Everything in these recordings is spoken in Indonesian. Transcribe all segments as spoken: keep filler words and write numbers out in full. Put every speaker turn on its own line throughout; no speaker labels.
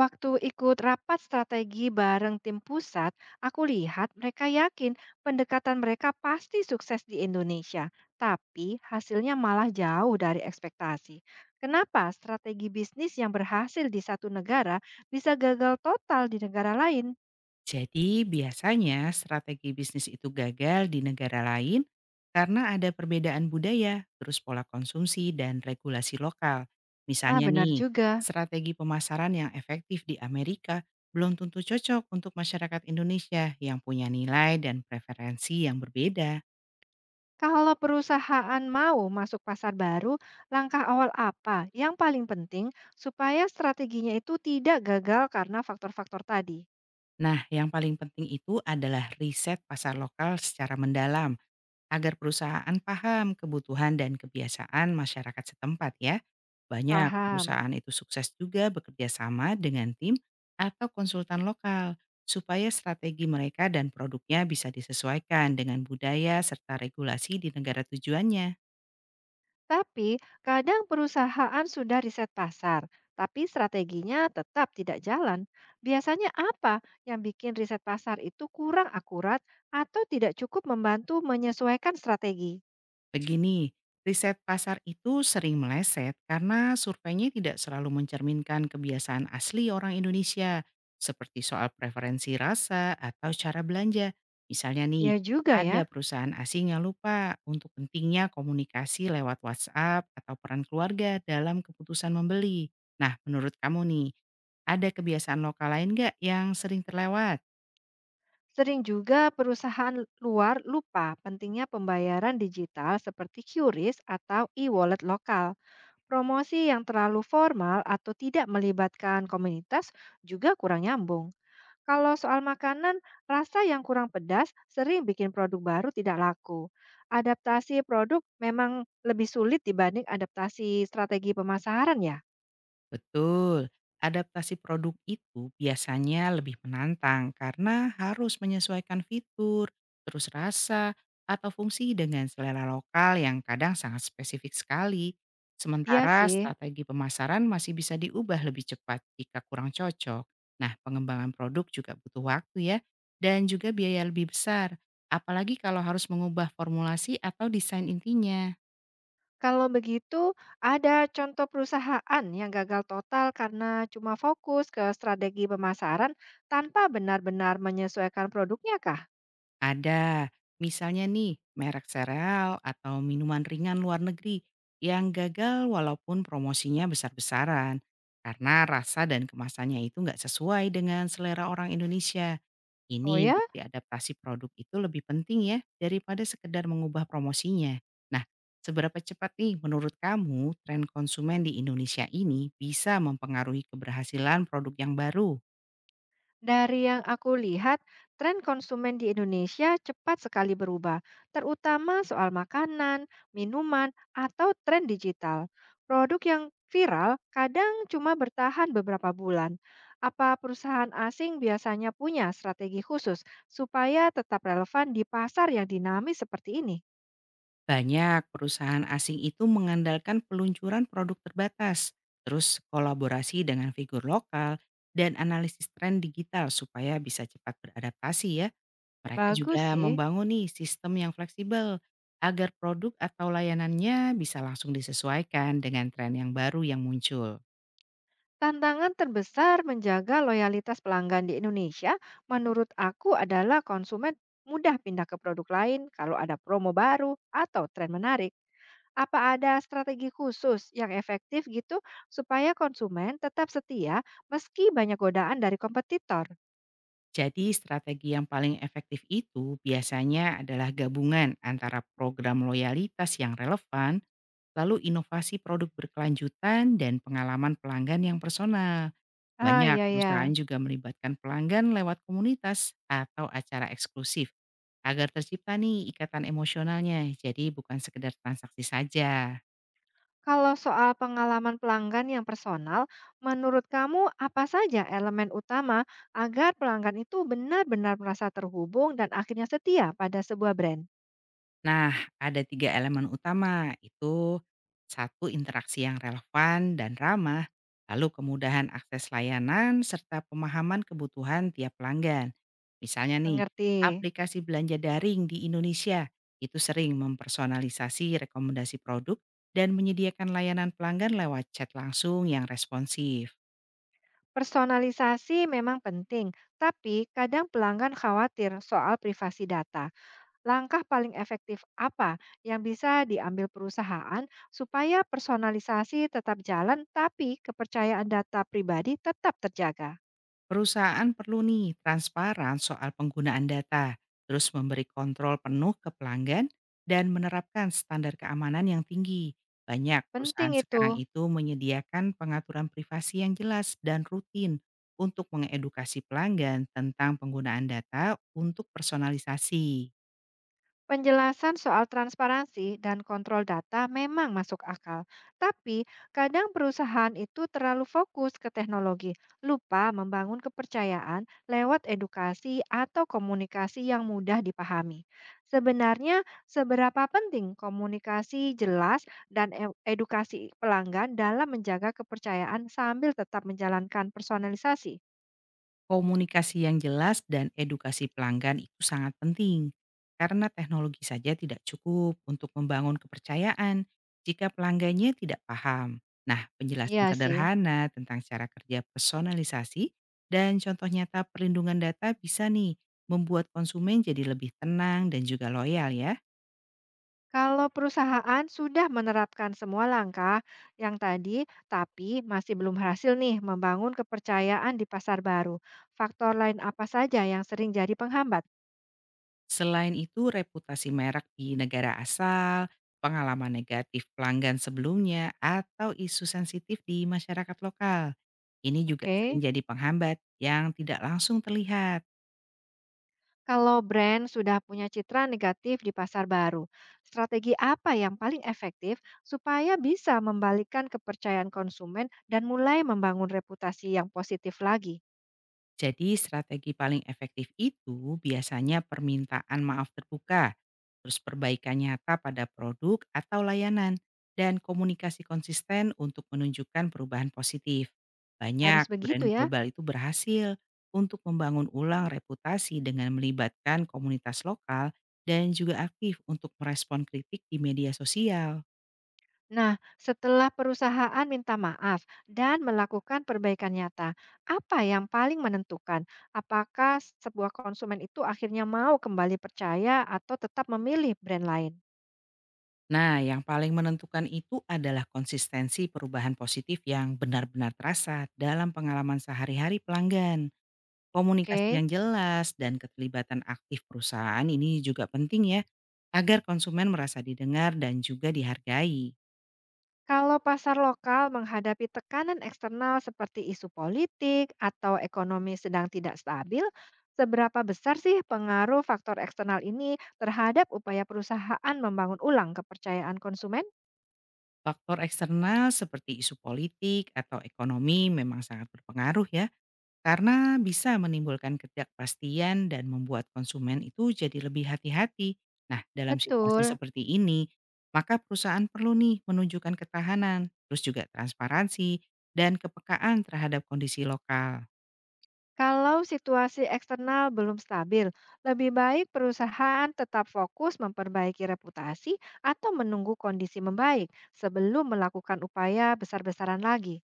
Waktu ikut rapat strategi bareng tim pusat, aku lihat mereka yakin pendekatan mereka pasti sukses di Indonesia, tapi hasilnya malah jauh dari ekspektasi. Kenapa strategi bisnis yang berhasil di satu negara bisa gagal total di negara lain?
Jadi biasanya strategi bisnis itu gagal di negara lain karena ada perbedaan budaya, terus pola konsumsi dan regulasi lokal.
Ah,
Misalnya
benar
nih,
juga.
strategi pemasaran yang efektif di Amerika belum tentu cocok untuk masyarakat Indonesia yang punya nilai dan preferensi yang berbeda.
Kalau perusahaan mau masuk pasar baru, langkah awal apa yang paling penting supaya strateginya itu tidak gagal karena faktor-faktor tadi?
Nah, yang paling penting itu adalah riset pasar lokal secara mendalam agar perusahaan paham kebutuhan dan kebiasaan masyarakat setempat ya. Banyak
Paham.
perusahaan itu sukses juga bekerja sama dengan tim atau konsultan lokal supaya strategi mereka dan produknya bisa disesuaikan dengan budaya serta regulasi di negara tujuannya.
Tapi kadang perusahaan sudah riset pasar, tapi strateginya tetap tidak jalan. Biasanya apa yang bikin riset pasar itu kurang akurat atau tidak cukup membantu menyesuaikan strategi?
Begini, riset pasar itu sering meleset karena surveinya tidak selalu mencerminkan kebiasaan asli orang Indonesia, seperti soal preferensi rasa atau cara belanja. Misalnya nih,
Ya juga ya,
ada perusahaan asing yang lupa untuk pentingnya komunikasi lewat WhatsApp atau peran keluarga dalam keputusan membeli. Nah, menurut kamu nih, ada kebiasaan lokal lain nggak yang sering terlewat?
sering juga perusahaan luar lupa pentingnya pembayaran digital seperti Q R I S atau e-wallet lokal. Promosi yang terlalu formal atau tidak melibatkan komunitas juga kurang nyambung. Kalau soal makanan, rasa yang kurang pedas sering bikin produk baru tidak laku. Adaptasi produk memang lebih sulit dibanding adaptasi strategi pemasaran ya?
Betul, adaptasi produk itu biasanya lebih menantang karena harus menyesuaikan fitur, terus rasa, atau fungsi dengan selera lokal yang kadang sangat spesifik sekali.
Iya
Sementara
sih.
strategi pemasaran masih bisa diubah lebih cepat jika kurang cocok. Nah, pengembangan produk juga butuh waktu ya, dan juga biaya lebih besar, apalagi kalau harus mengubah formulasi atau desain intinya.
Kalau begitu, ada contoh perusahaan yang gagal total karena cuma fokus ke strategi pemasaran tanpa benar-benar menyesuaikan produknya kah?
Ada, misalnya nih merek sereal atau minuman ringan luar negeri yang gagal walaupun promosinya besar-besaran karena rasa dan kemasannya itu nggak sesuai dengan selera orang Indonesia.
Oh
Ini
ya?
bukti adaptasi produk itu lebih penting ya daripada sekedar mengubah promosinya. Nah, seberapa cepat nih menurut kamu tren konsumen di Indonesia ini bisa mempengaruhi keberhasilan produk yang baru?
Dari yang aku lihat, tren konsumen di Indonesia cepat sekali berubah, terutama soal makanan, minuman, atau tren digital. Produk yang viral kadang cuma bertahan beberapa bulan. Apa perusahaan asing biasanya punya strategi khusus supaya tetap relevan di pasar yang dinamis seperti ini?
Banyak perusahaan asing itu mengandalkan peluncuran produk terbatas, terus kolaborasi dengan figur lokal, dan analisis tren digital supaya bisa cepat beradaptasi ya. Mereka
Bagus
juga
sih.
membangun nih sistem yang fleksibel agar produk atau layanannya bisa langsung disesuaikan dengan tren yang baru yang muncul.
Tantangan terbesar menjaga loyalitas pelanggan di Indonesia, menurut aku, adalah konsumen mudah pindah ke produk lain kalau ada promo baru atau tren menarik. Apa ada strategi khusus yang efektif gitu supaya konsumen tetap setia meski banyak godaan dari kompetitor?
Jadi strategi yang paling efektif itu biasanya adalah gabungan antara program loyalitas yang relevan lalu inovasi produk berkelanjutan dan pengalaman pelanggan yang personal.
Ah,
Banyak
iya,
perusahaan
ya.
juga melibatkan pelanggan lewat komunitas atau acara eksklusif agar tercipta nih ikatan emosionalnya. Jadi bukan sekedar transaksi saja.
Kalau soal pengalaman pelanggan yang personal, menurut kamu apa saja elemen utama agar pelanggan itu benar-benar merasa terhubung dan akhirnya setia pada sebuah brand?
Nah, ada tiga elemen utama, itu satu interaksi yang relevan dan ramah, lalu kemudahan akses layanan, serta pemahaman kebutuhan tiap pelanggan. Misalnya nih,
Mengerti.
aplikasi belanja daring di Indonesia itu sering mempersonalisasi rekomendasi produk dan menyediakan layanan pelanggan lewat chat langsung yang responsif.
Personalisasi memang penting, tapi kadang pelanggan khawatir soal privasi data. Langkah paling efektif apa yang bisa diambil perusahaan supaya personalisasi tetap jalan, tapi kepercayaan data pribadi tetap terjaga?
Perusahaan perlu nih transparan soal penggunaan data, terus memberi kontrol penuh ke pelanggan, dan menerapkan standar keamanan yang tinggi. Banyak perusahaan
Penting
sekarang
itu.
itu menyediakan pengaturan privasi yang jelas dan rutin untuk mengedukasi pelanggan tentang penggunaan data untuk personalisasi.
Penjelasan soal transparansi dan kontrol data memang masuk akal, tapi kadang perusahaan itu terlalu fokus ke teknologi, lupa membangun kepercayaan lewat edukasi atau komunikasi yang mudah dipahami. Sebenarnya, seberapa penting komunikasi jelas dan e- edukasi pelanggan dalam menjaga kepercayaan sambil tetap menjalankan personalisasi?
Komunikasi yang jelas dan edukasi pelanggan itu sangat penting, karena teknologi saja tidak cukup untuk membangun kepercayaan jika pelanggannya tidak paham. Nah, penjelasan
Iya sih.
sederhana tentang cara kerja personalisasi dan contoh nyata perlindungan data bisa nih membuat konsumen jadi lebih tenang dan juga loyal ya.
Kalau perusahaan sudah menerapkan semua langkah yang tadi, tapi masih belum berhasil nih membangun kepercayaan di pasar baru. Faktor lain apa saja yang sering jadi penghambat?
Selain itu, reputasi merek di negara asal, pengalaman negatif pelanggan sebelumnya, atau isu sensitif di masyarakat lokal. Ini juga
Oke.
sering jadi penghambat yang tidak langsung terlihat.
Kalau brand sudah punya citra negatif di pasar baru, strategi apa yang paling efektif supaya bisa membalikkan kepercayaan konsumen dan mulai membangun reputasi yang positif lagi?
Jadi strategi paling efektif itu biasanya permintaan maaf terbuka, terus perbaikan nyata pada produk atau layanan, dan komunikasi konsisten untuk menunjukkan perubahan positif.
Harus
Banyak
begitu
brand
ya.
global itu berhasil untuk membangun ulang reputasi dengan melibatkan komunitas lokal dan juga aktif untuk merespon kritik di media sosial.
Nah, setelah perusahaan minta maaf dan melakukan perbaikan nyata, apa yang paling menentukan? Apakah sebuah konsumen itu akhirnya mau kembali percaya atau tetap memilih brand lain?
Nah, yang paling menentukan itu adalah konsistensi perubahan positif yang benar-benar terasa dalam pengalaman sehari-hari pelanggan. Komunikasi
Oke,
yang jelas dan keterlibatan aktif perusahaan ini juga penting ya, agar konsumen merasa didengar dan juga dihargai.
kalau pasar lokal menghadapi tekanan eksternal seperti isu politik atau ekonomi sedang tidak stabil, seberapa besar sih pengaruh faktor eksternal ini terhadap upaya perusahaan membangun ulang kepercayaan konsumen?
Faktor eksternal seperti isu politik atau ekonomi memang sangat berpengaruh ya. Karena bisa menimbulkan ketidakpastian dan membuat konsumen itu jadi lebih hati-hati. Nah, dalam situasi
Betul.
seperti ini, maka perusahaan perlu nih menunjukkan ketahanan, terus juga transparansi, dan kepekaan terhadap kondisi lokal.
Kalau situasi eksternal belum stabil, lebih baik perusahaan tetap fokus memperbaiki reputasi atau menunggu kondisi membaik sebelum melakukan upaya besar-besaran lagi.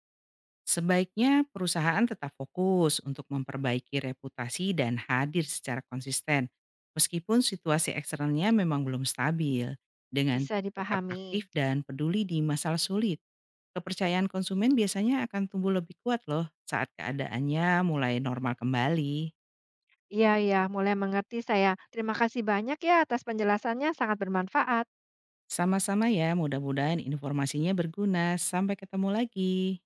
Sebaiknya perusahaan tetap fokus untuk memperbaiki reputasi dan hadir secara konsisten, meskipun situasi eksternalnya memang belum stabil, dengan
Bisa
tetap
dipahami.
aktif dan peduli di masalah sulit. Kepercayaan konsumen biasanya akan tumbuh lebih kuat loh saat keadaannya mulai normal kembali.
Iya, ya, mulai mengerti saya. Terima kasih banyak ya atas penjelasannya, sangat bermanfaat.
Sama-sama ya, mudah-mudahan informasinya berguna. Sampai ketemu lagi.